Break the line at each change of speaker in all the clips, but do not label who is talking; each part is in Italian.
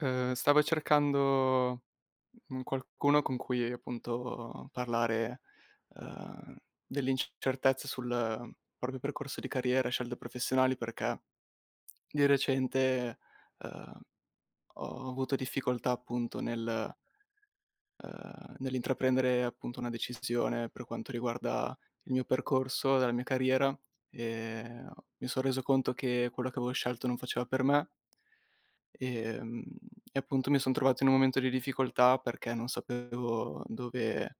Stavo cercando, qualcuno con cui appunto parlare, uhm, dell'incertezza sul proprio percorso di carriera, scelte professionali, perché di recente, uhm, ho avuto difficoltà appunto nel nell'intraprendere appunto una decisione per quanto riguarda il mio percorso, la mia carriera, ehm, mi son reso conto che quello che avevo scelto non faceva per me Ehm, e appunto mi son trovato in un momento di difficoltà perché non sapevo dove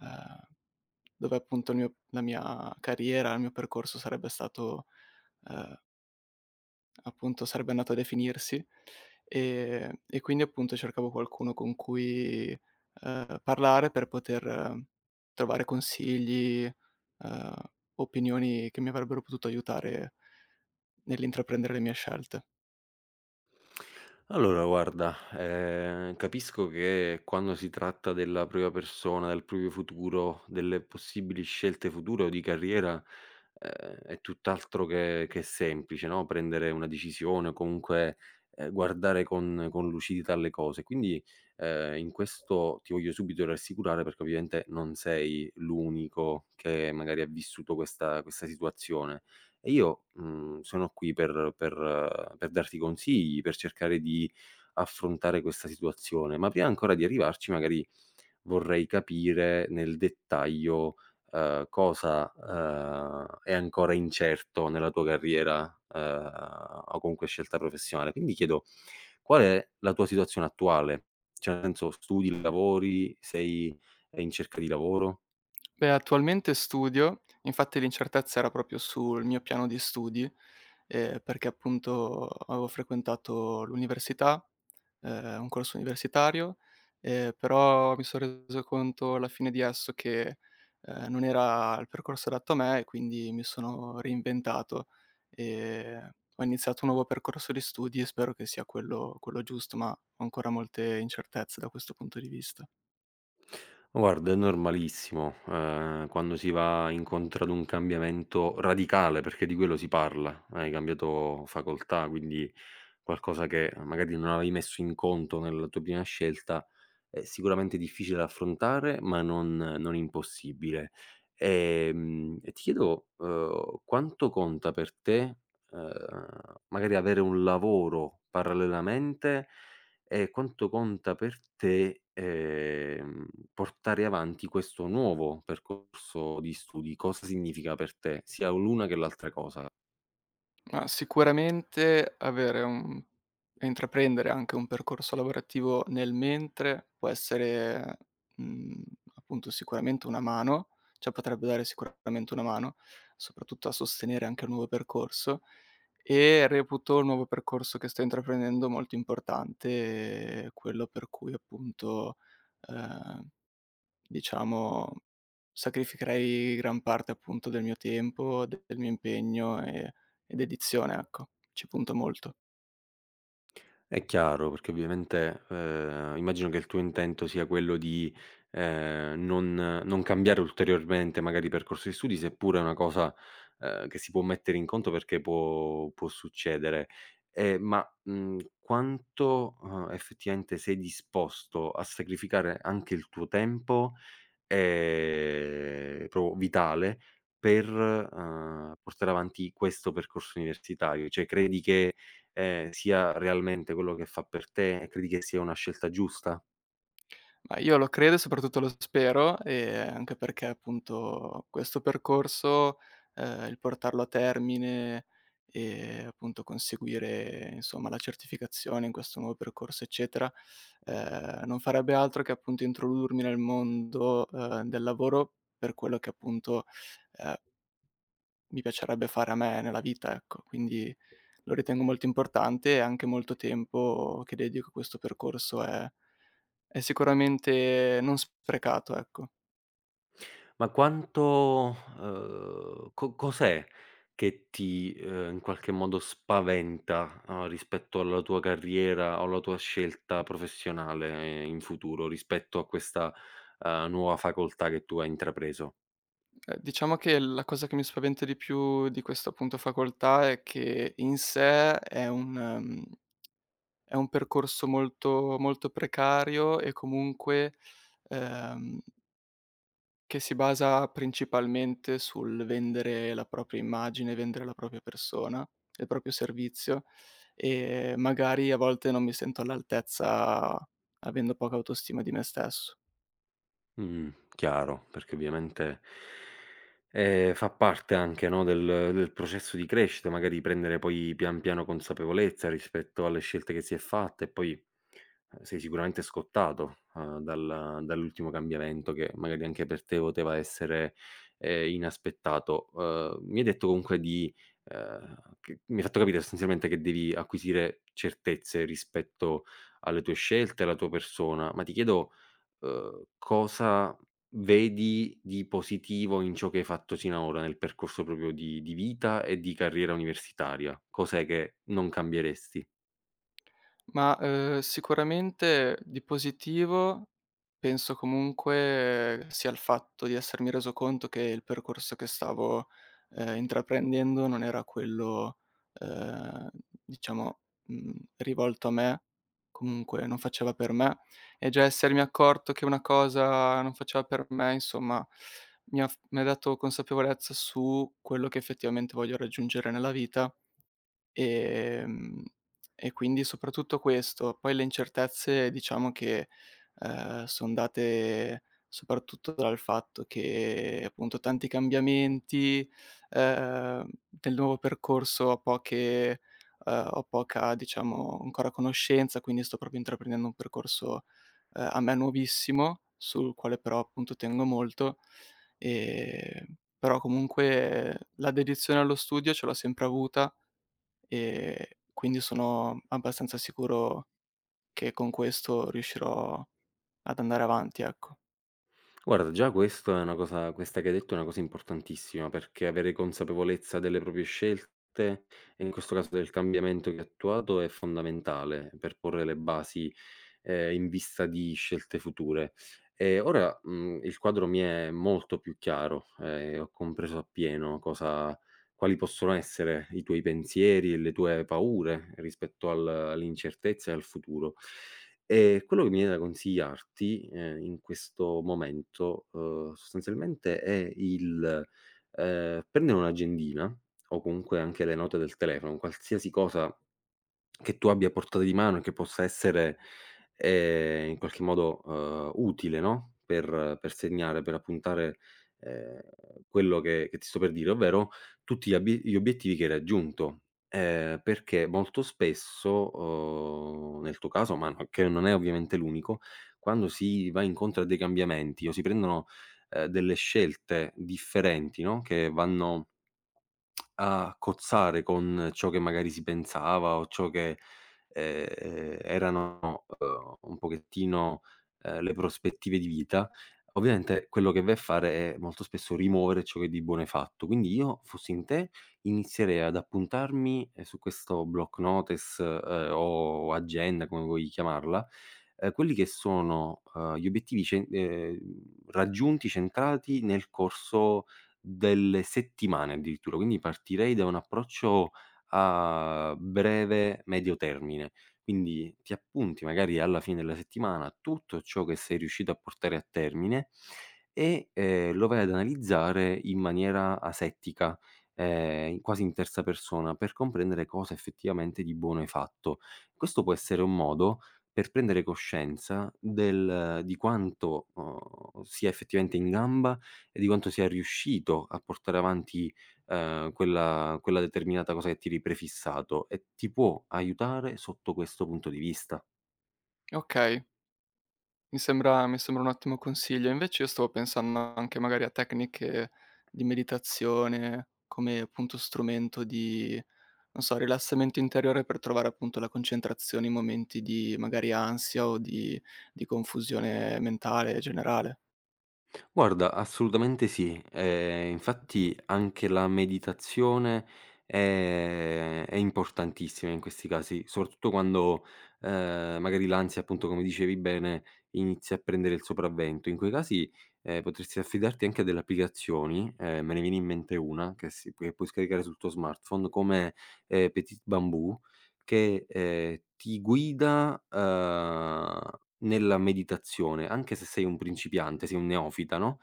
ehm, dove appunto il mio la mia carriera, il mio percorso sarebbe stato ehm, appunto sarebbe andato a definirsi. E quindi appunto cercavo qualcuno con cui, parlare per poter trovare consigli, ehm, opinioni che mi avrebbero potuto aiutare nell'intraprendere le mie scelte.
Allora guarda, capisco che quando si tratta della propria persona, del proprio futuro, delle possibili scelte future o di carriera, ehm, è tutt'altro che semplice, no, prendere una decisione o comunque, guardare con lucidità le cose. Quindi, in questo ti voglio subito rassicurare perché ovviamente non sei l'unico che magari ha vissuto questa situazione. E io, sono qui per per darti consigli, per cercare di affrontare questa situazione, ma prima ancora di arrivarci magari vorrei capire nel dettaglio, cosa, è ancora incerto nella tua carriera, o comunque scelta professionale. Quindi chiedo: qual è la tua situazione attuale? Cioè nel senso, studi, lavori, sei in cerca di lavoro?
Beh, attualmente studio, infatti l'incertezza era proprio sul mio piano di studi, perché appunto avevo frequentato l'università, un corso universitario, però mi son reso conto alla fine di esso che, non era il percorso adatto a me e quindi mi sono reinventato, ehm, ho iniziato un nuovo percorso di studi e spero che sia quello giusto, ma ho ancora molte incertezze da questo punto di vista.
Guarda, è normalissimo, quando si va incontro ad un cambiamento radicale, perché di quello si parla. Hai cambiato facoltà, quindi qualcosa che magari non avevi messo in conto nella tua prima scelta, è sicuramente difficile da affrontare, ma non impossibile. E ti chiedo, quanto conta per te, uhm, magari avere un lavoro parallelamente. Quanto conta per te, portare avanti questo nuovo percorso di studi? Cosa significa per te, sia l'una che l'altra cosa?
Ma sicuramente avere un e intraprendere anche un percorso lavorativo nel mentre può essere, mhmm, appunto sicuramente una mano, cioè potrebbe dare sicuramente una mano, soprattutto a sostenere anche il nuovo percorso, e reputo il nuovo percorso che sto intraprendendo molto importante, quello per cui appunto, ehm Diciamo, sacrificherei gran parte appunto del mio tempo, de del mio impegno e dedizione, ecco. Ci punto molto.
È chiaro, perché ovviamente, immagino che il tuo intento sia quello di, ehm, non non cambiare ulteriormente magari il percorso di studi, seppure è una cosa, che si può mettere in conto perché può succedere. Ma, quanto, effettivamente sei disposto a sacrificare anche il tuo tempo. Proprio vitale per, portare avanti questo percorso universitario. Cioè credi che, sia realmente quello che fa per te e credi che sia una scelta giusta?
Ma io lo credo e soprattutto lo spero, anche perché appunto questo percorso, il portarlo a termine e appunto conseguire insomma la certificazione in questo nuovo percorso, eccetera, non farebbe altro che appunto introdurmi nel mondo, del lavoro per quello che appunto, ehm mi piacerebbe fare a me nella vita, ecco. Quindi lo ritengo molto importante e anche molto tempo che dedico a questo percorso è sicuramente non sprecato, ecco.
Ma quanto co cos'è che ti, in qualche modo spaventa, rispetto alla tua carriera o alla tua scelta professionale in futuro, rispetto a questa, nuova facoltà che tu hai intrapreso?
Diciamo che la cosa che mi spaventa di più di questa, appunto, facoltà è che in sé è un, è un percorso molto precario e comunque, ehm che si basa principalmente sul vendere la propria immagine, vendere la propria persona, il proprio servizio e magari a volte non mi sento all'altezza avendo poca autostima di me stesso.
Mh, chiaro, perché ovviamente, fa parte anche, no, del processo di crescita, magari prendere poi pian piano consapevolezza rispetto alle scelte che si è fatta e poi, sei sicuramente scottato, dal dall'ultimo cambiamento che magari anche per te poteva essere, inaspettato. Mi hai detto comunque di che mi hai fatto capire sostanzialmente che devi acquisire certezze rispetto alle tue scelte, alla tua persona, ma ti chiedo cosa vedi di positivo in ciò che hai fatto sinora, nel percorso proprio di vita e di carriera universitaria? Cos'è che non cambieresti?
Ma, sicuramente di positivo penso comunque sia il fatto di essermi reso conto che il percorso che stavo, intraprendendo non era quello, ehm, diciamo, rivolto a me, comunque non faceva per me, e già essermi accorto che una cosa non faceva per me, insomma, mi ha dato consapevolezza su quello che effettivamente voglio raggiungere nella vita Ehm, e quindi soprattutto questo. Poi le incertezze diciamo che, son date soprattutto dal fatto che appunto tanti cambiamenti, del nuovo percorso ho poche ho poca diciamo ancora conoscenza, quindi sto proprio intraprendendo un percorso, a me nuovissimo, sul quale però appunto tengo molto. Però comunque la dedizione allo studio ce l'ho sempre avuta Ehm, quindi sono abbastanza sicuro che con questo riuscirò ad andare avanti, ecco.
Guarda, già questo è una cosa questa che hai detto è una cosa importantissima, perché avere consapevolezza delle proprie scelte, e in questo caso del cambiamento che hai attuato, è fondamentale per porre le basi, in vista di scelte future. E ora, il quadro mi è molto più chiaro e ho compreso appieno cosa quali possono essere i tuoi pensieri e le tue paure rispetto al all'incertezza e al futuro. Quello che mi viene da consigliarti, in questo momento, sostanzialmente è prendere un'agendina o comunque anche le note del telefono, qualsiasi cosa che tu abbia a portata di mano e che possa essere, in qualche modo, utile, no, per segnare, per appuntare, ehm, quello che ti sto per dire, ovvero tutti gli obiettivi che hai raggiunto. Perché molto spesso, nel tuo caso, ma no che non è ovviamente l'unico, quando si va incontro a dei cambiamenti o si prendono, delle scelte differenti, no, che vanno a cozzare con ciò che magari si pensava o ciò che, erano, un pochettino, le prospettive di vita, ovviamente quello che vai a fare è molto spesso rimuovere ciò che di buono hai fatto. Quindi io, fossi in te, inizierei ad appuntarmi, su questo block notice, o agenda, come vuoi chiamarla, quelli che sono, gli obiettivi cen raggiunti, centrati nel corso delle settimane addirittura, quindi partirei da un approccio a breve, medio termine. Quindi ti appunti magari alla fine della settimana tutto ciò che sei riuscito a portare a termine e, lo vai ad analizzare in maniera asettica, in quasi in terza persona, per comprendere cosa effettivamente di buono hai fatto. Questo può essere un modo per prendere coscienza del di quanto, sia effettivamente in gamba e di quanto sia riuscito a portare avanti, quella determinata cosa che ti eri prefissato e ti può aiutare sotto questo punto di vista.
Okay, mi sembra un ottimo consiglio. Invece io stavo pensando anche magari a tecniche di meditazione come appunto strumento di, non so, rilassamento interiore per trovare appunto la concentrazione in momenti di magari ansia o di confusione mentale generale.
Guarda, assolutamente sì. Infatti anche la meditazione è importantissima in questi casi, soprattutto quando, magari l'ansia, appunto, come dicevi bene, inizia a prendere il sopravvento. In quei casi, potresti affidarti anche a delle applicazioni, me ne viene in mente una che puoi scaricare sul tuo smartphone come, Petit Bamboo che, ti guida, nella meditazione, anche se sei un principiante, sei un neofita, no,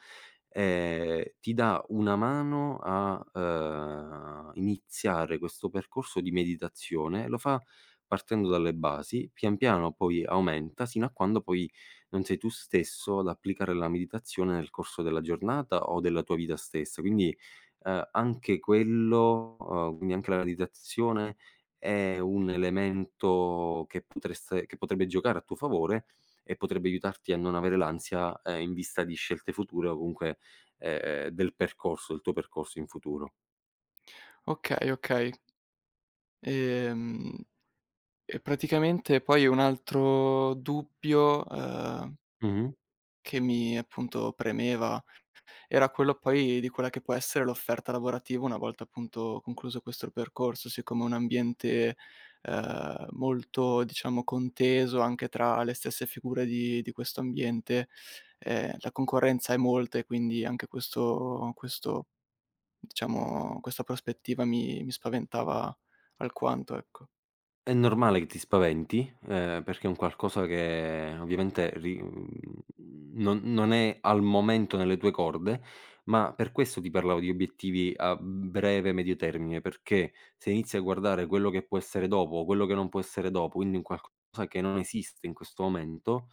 ti dà una mano a, iniziare questo percorso di meditazione. Lo fa partendo dalle basi, pian piano poi aumenta, sino a quando poi non sei tu stesso ad applicare la meditazione nel corso della giornata o della tua vita stessa. Quindi, anche quello quindi anche la meditazione è un elemento che potrebbe giocare a tuo favore e potrebbe aiutarti a non avere l'ansia, in vista di scelte future o comunque, del percorso del tuo percorso in futuro.
Okay, okay. Ehm E praticamente poi un altro dubbio,
Mh-mh.
che mi appunto premeva, era quello poi di quella che può essere l'offerta lavorativa una volta appunto concluso questo percorso, siccome è un ambiente, molto diciamo conteso anche tra le stesse figure di questo ambiente, la concorrenza è molta e quindi anche questo diciamo questa prospettiva mi spaventava alquanto, ecco.
È normale che ti spaventi, perché è un qualcosa che non è al momento nelle tue corde, ma per questo ti parlavo di obiettivi a breve e medio termine, perché se inizi a guardare quello che può essere dopo, quello che non può essere dopo, quindi un qualcosa che non esiste in questo momento,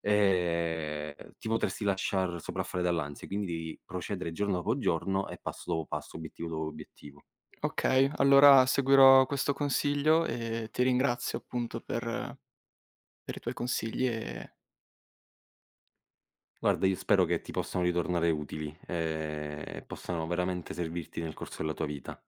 ti potresti lasciar sopraffare dall'ansia, quindi devi procedere giorno dopo giorno e passo dopo passo, obiettivo dopo obiettivo.
Okay, allora seguirò questo consiglio e ti ringrazio appunto per i tuoi consigli e
Guarda, io spero che ti possano ritornare utili, e possano veramente servirti nel corso della tua vita.